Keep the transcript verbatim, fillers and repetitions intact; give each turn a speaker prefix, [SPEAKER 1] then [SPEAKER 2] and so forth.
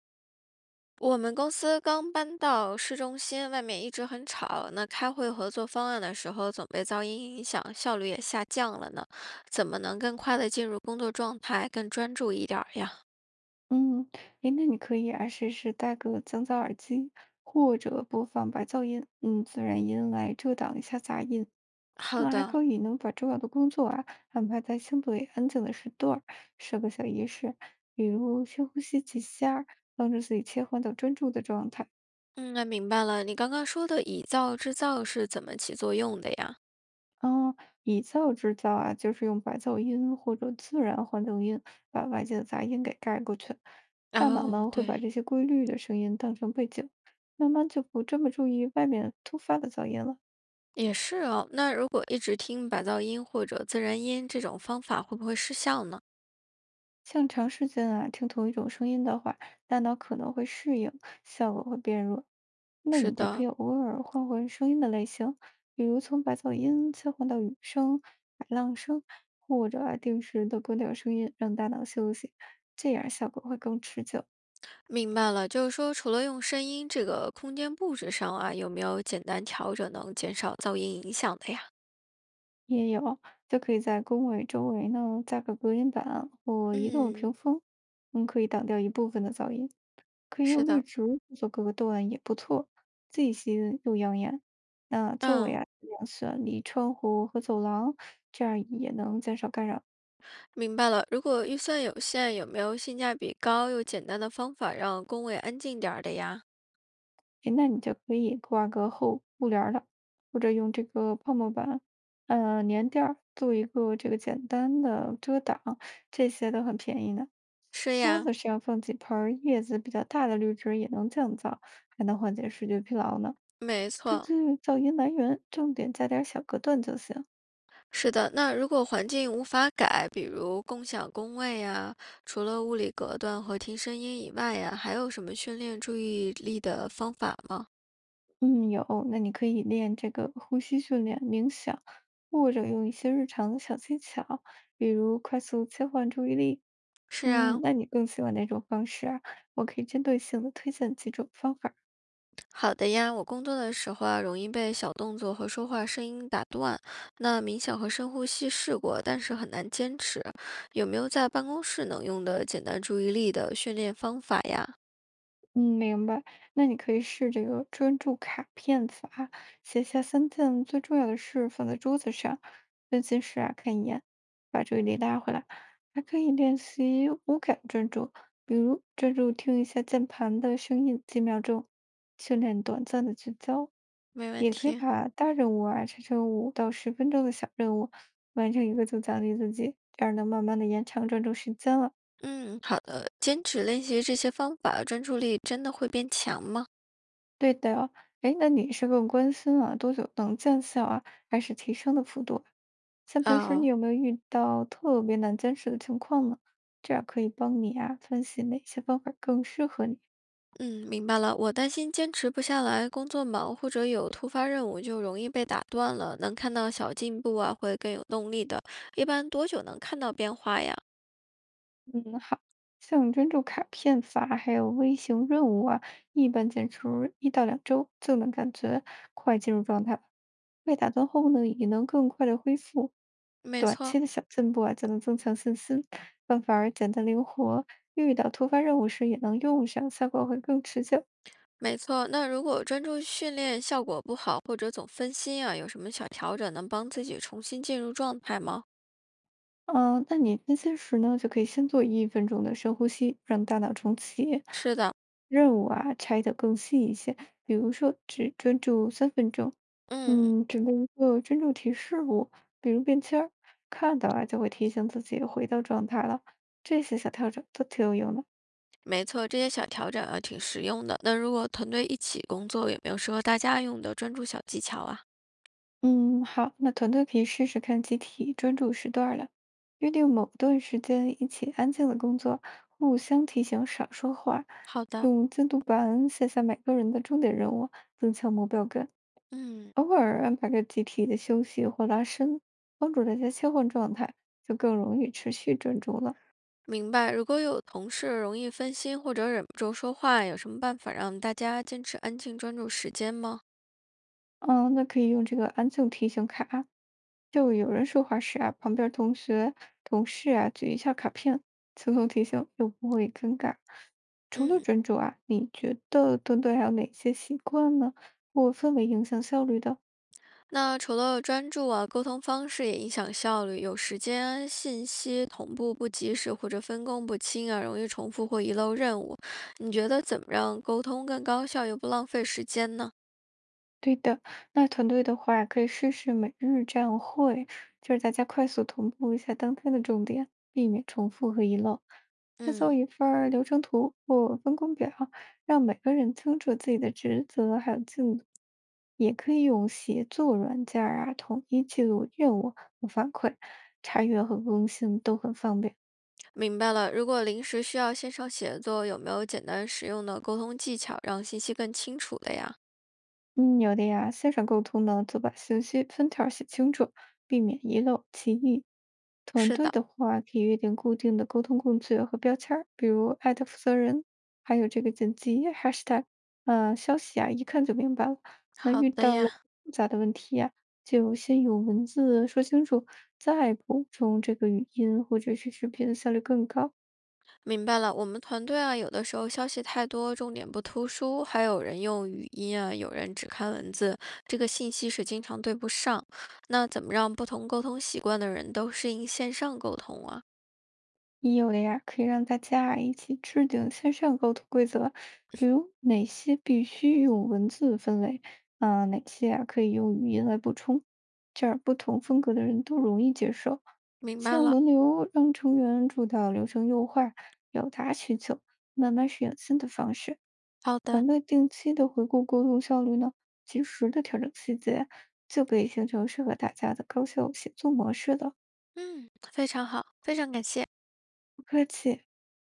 [SPEAKER 1] 我们公司刚搬到市中心，外面一直很吵。那开会合作方案的时候，总被噪音影响，效率也下降了呢。怎么能更快的进入工作状态，更专注一点儿呀？
[SPEAKER 2] 嗯，诶，那你可以啊，试试戴个降噪耳机，或者播放白噪音，嗯，自然音来遮挡一下杂音。
[SPEAKER 1] 好
[SPEAKER 2] 那还
[SPEAKER 1] 的，
[SPEAKER 2] 可以能把重要的工作啊安排在相对安静的时段儿设个小仪式，比如深呼吸几下儿帮助自己切换到专注的状态。
[SPEAKER 1] 嗯，那明白了。你刚刚说的以噪制噪是怎么起作用的呀？
[SPEAKER 2] 哦，以噪制噪啊，就是用白噪音或者自然环境音把外界的杂音给盖过去。大脑
[SPEAKER 1] 哦，
[SPEAKER 2] 呢会
[SPEAKER 1] 对，
[SPEAKER 2] 把这些规律的声音当成背景，慢慢就不这么注意外面突发的噪音了。
[SPEAKER 1] 也是哦。那如果一直听白噪音或者自然音这种方法，会不会失效呢？
[SPEAKER 2] 像长时间啊听同一种声音的话，大脑可能会适应，效果会变弱。那
[SPEAKER 1] 是
[SPEAKER 2] 你就可
[SPEAKER 1] 的，
[SPEAKER 2] 以偶尔换换声音的类型，比如从白噪音切换到雨声、海浪声，或者啊定时的关掉声音，让大脑休息，这样效果会更持久。
[SPEAKER 1] 明白了，就是说，除了用声音这个空间布置上啊，有没有简单调整能减少噪音影响的呀？
[SPEAKER 2] 也有，就可以在工位周围呢加个隔音板或移动屏
[SPEAKER 1] 嗯，
[SPEAKER 2] 风，嗯，可以挡掉一部分的噪音。可以
[SPEAKER 1] 是
[SPEAKER 2] 用绿
[SPEAKER 1] 的，
[SPEAKER 2] 植做隔断也不错，既吸引又养眼。那座位
[SPEAKER 1] 嗯，
[SPEAKER 2] 啊，尽量选离窗户和走廊，这样也能减少干扰。
[SPEAKER 1] 明白了。如果预算有限，有没有性价比高又简单的方法让工位安静点儿的呀？
[SPEAKER 2] 诶，那你就可以挂个厚布帘儿了，或者用这个泡沫板，呃，棉垫儿做一个这个简单的遮挡，这些都很便宜呢。
[SPEAKER 1] 是
[SPEAKER 2] 桌
[SPEAKER 1] 呀，
[SPEAKER 2] 子上放几盆儿叶子比较大的绿植也能降噪，还能缓解视觉疲劳呢。
[SPEAKER 1] 没
[SPEAKER 2] 根据
[SPEAKER 1] 错，
[SPEAKER 2] 噪音来源，重点加点儿小隔断就行。
[SPEAKER 1] 是的。那如果环境无法改，比如共享工位呀，除了物理隔断和听声音以外呀，还有什么训练注意力的方法吗？
[SPEAKER 2] 嗯，有，那你可以练这个呼吸训练、冥想，或者用一些日常的小技巧，比如快速切换注意力。
[SPEAKER 1] 是
[SPEAKER 2] 嗯，
[SPEAKER 1] 啊，
[SPEAKER 2] 那你更喜欢哪种方式啊？我可以针对性的推荐几种方法。
[SPEAKER 1] 好的呀，我工作的时候啊，容易被小动作和说话声音打断。那冥想和深呼吸试过，但是很难坚持。有没有在办公室能用的简单注意力的训练方法呀？
[SPEAKER 2] 嗯，明白。那你可以试这个专注卡片法，写下三件最重要的事放在桌子上，分心时啊看一眼，把注意力拉回来。还可以练习无感专注，比如专注听一下键盘的声音几秒钟，训练短暂的聚焦。
[SPEAKER 1] 没问
[SPEAKER 2] 也可以
[SPEAKER 1] 题。
[SPEAKER 2] 把大任务啊拆成五到十分钟的小任务，完成一个就奖励自己，这样能慢慢的延长专注时间了。
[SPEAKER 1] 嗯，好的。坚持练习这些方法，专注力真的会变强吗？
[SPEAKER 2] 对的哦。哎，那你是更关心啊，多久能见效啊，还是提升的幅度啊像平时你
[SPEAKER 1] 哦。
[SPEAKER 2] 有没有遇到特别难坚持的情况呢？这样可以帮你啊，分析哪些方法更适合你。
[SPEAKER 1] 嗯，明白了。我担心坚持不下来，工作忙或者有突发任务就容易被打断了。能看到小进步啊，会更有动力的。一般多久能看到变化呀？
[SPEAKER 2] 嗯，好，像专注卡片法还有微型任务啊，一般坚持一到两周就能感觉快进入状态了。被打断后呢，也能更快的恢复。
[SPEAKER 1] 没
[SPEAKER 2] 短
[SPEAKER 1] 错，
[SPEAKER 2] 期的小进步啊，就能增强信心。办法儿简单灵活，遇到突发任务时也能用上，效果会更持久。
[SPEAKER 1] 没错，那如果专注训练效果不好，或者总分心啊，有什么小调整能帮自己重新进入状态吗？
[SPEAKER 2] 嗯、那你分心时呢，就可以先做一分钟的深呼吸，让大脑重启。
[SPEAKER 1] 是的，
[SPEAKER 2] 任务啊，拆得更细一些，比如说只专注三分钟。
[SPEAKER 1] 嗯，
[SPEAKER 2] 嗯，准备一个专注提示物，比如便签儿，看到啊就会提醒自己回到状态了。这些小调整都挺有用的。
[SPEAKER 1] 没错，这些小调整啊挺实用的。那如果团队一起工作，有没有适合大家用的专注小技巧啊？
[SPEAKER 2] 嗯，好，那团队可以试试看集体专注时段儿了，约定某段时间一起安静的工作，互相提醒少说话，
[SPEAKER 1] 好的，
[SPEAKER 2] 用进度板写下每个人的重点任务，增强目标感。
[SPEAKER 1] 嗯，
[SPEAKER 2] 偶尔安排个集体的休息或拉伸，帮助大家切换状态，就更容易持续专注了。
[SPEAKER 1] 明白。如果有同事容易分心或者忍不住说话，有什么办法让大家坚持安静专注时间吗？
[SPEAKER 2] 嗯，那可以用这个安静提醒卡，就有人说话时啊，旁边儿同学、同事啊举一下卡片，轻松提醒，又不会尴尬。除了
[SPEAKER 1] 嗯。
[SPEAKER 2] 专注啊，你觉得团队还有哪些习惯呢？或氛围影响效率的？
[SPEAKER 1] 那除了专注啊，沟通方式也影响效率。有时间信息同步不及时或者分工不清啊，容易重复或遗漏任务。你觉得怎么让沟通更高效又不浪费时间呢？
[SPEAKER 2] 对的，那团队的话可以试试每日站会，就是大家快速同步一下当天的重点，避免重复和遗漏。再做
[SPEAKER 1] 嗯，
[SPEAKER 2] 一份儿流程图或分工表，让每个人清楚自己的职责还有进度。也可以用协作软件儿啊，统一记录任务和反馈，查阅和更新都很方便。
[SPEAKER 1] 明白了。如果临时需要线上协作，有没有简单实用的沟通技巧，让信息更清楚的呀？
[SPEAKER 2] 嗯，有的呀，线上沟通呢，就把信息分条儿写清楚，避免遗漏歧义。团
[SPEAKER 1] 是
[SPEAKER 2] 队
[SPEAKER 1] 的，
[SPEAKER 2] 的话，可以约定固定的沟通工具和标签儿，比如艾特负责人，还有这个紧急 hashtag，呃，消息啊，一看就明白了。那
[SPEAKER 1] 好
[SPEAKER 2] 遇
[SPEAKER 1] 的
[SPEAKER 2] 到了
[SPEAKER 1] 呀。
[SPEAKER 2] 复杂的问题呀、就先用文字说清楚，再补充这个语音或者是视频，效率更高。
[SPEAKER 1] 明白了，我们团队啊，有的时候消息太多，重点不突出，还有人用语音啊，有人只看文字，这个信息是经常对不上。那怎么让不同沟通习惯的人都适应线上沟通啊？
[SPEAKER 2] 也有的呀，可以让大家啊一起制定线上沟通规则，比如哪些必须用文字分类，啊、哪些啊可以用语音来补充，这样不同风格的人都容易接受。
[SPEAKER 1] 明白
[SPEAKER 2] 像
[SPEAKER 1] 了，
[SPEAKER 2] 轮流让成员主导流程优化，表达需求，慢慢适应新的方式。
[SPEAKER 1] 好的，
[SPEAKER 2] 团队定期的回顾沟通效率呢，及时的调整细节，就可以形成适合大家的高效写作模式了。
[SPEAKER 1] 嗯，非常好，非常感谢。
[SPEAKER 2] 不客气。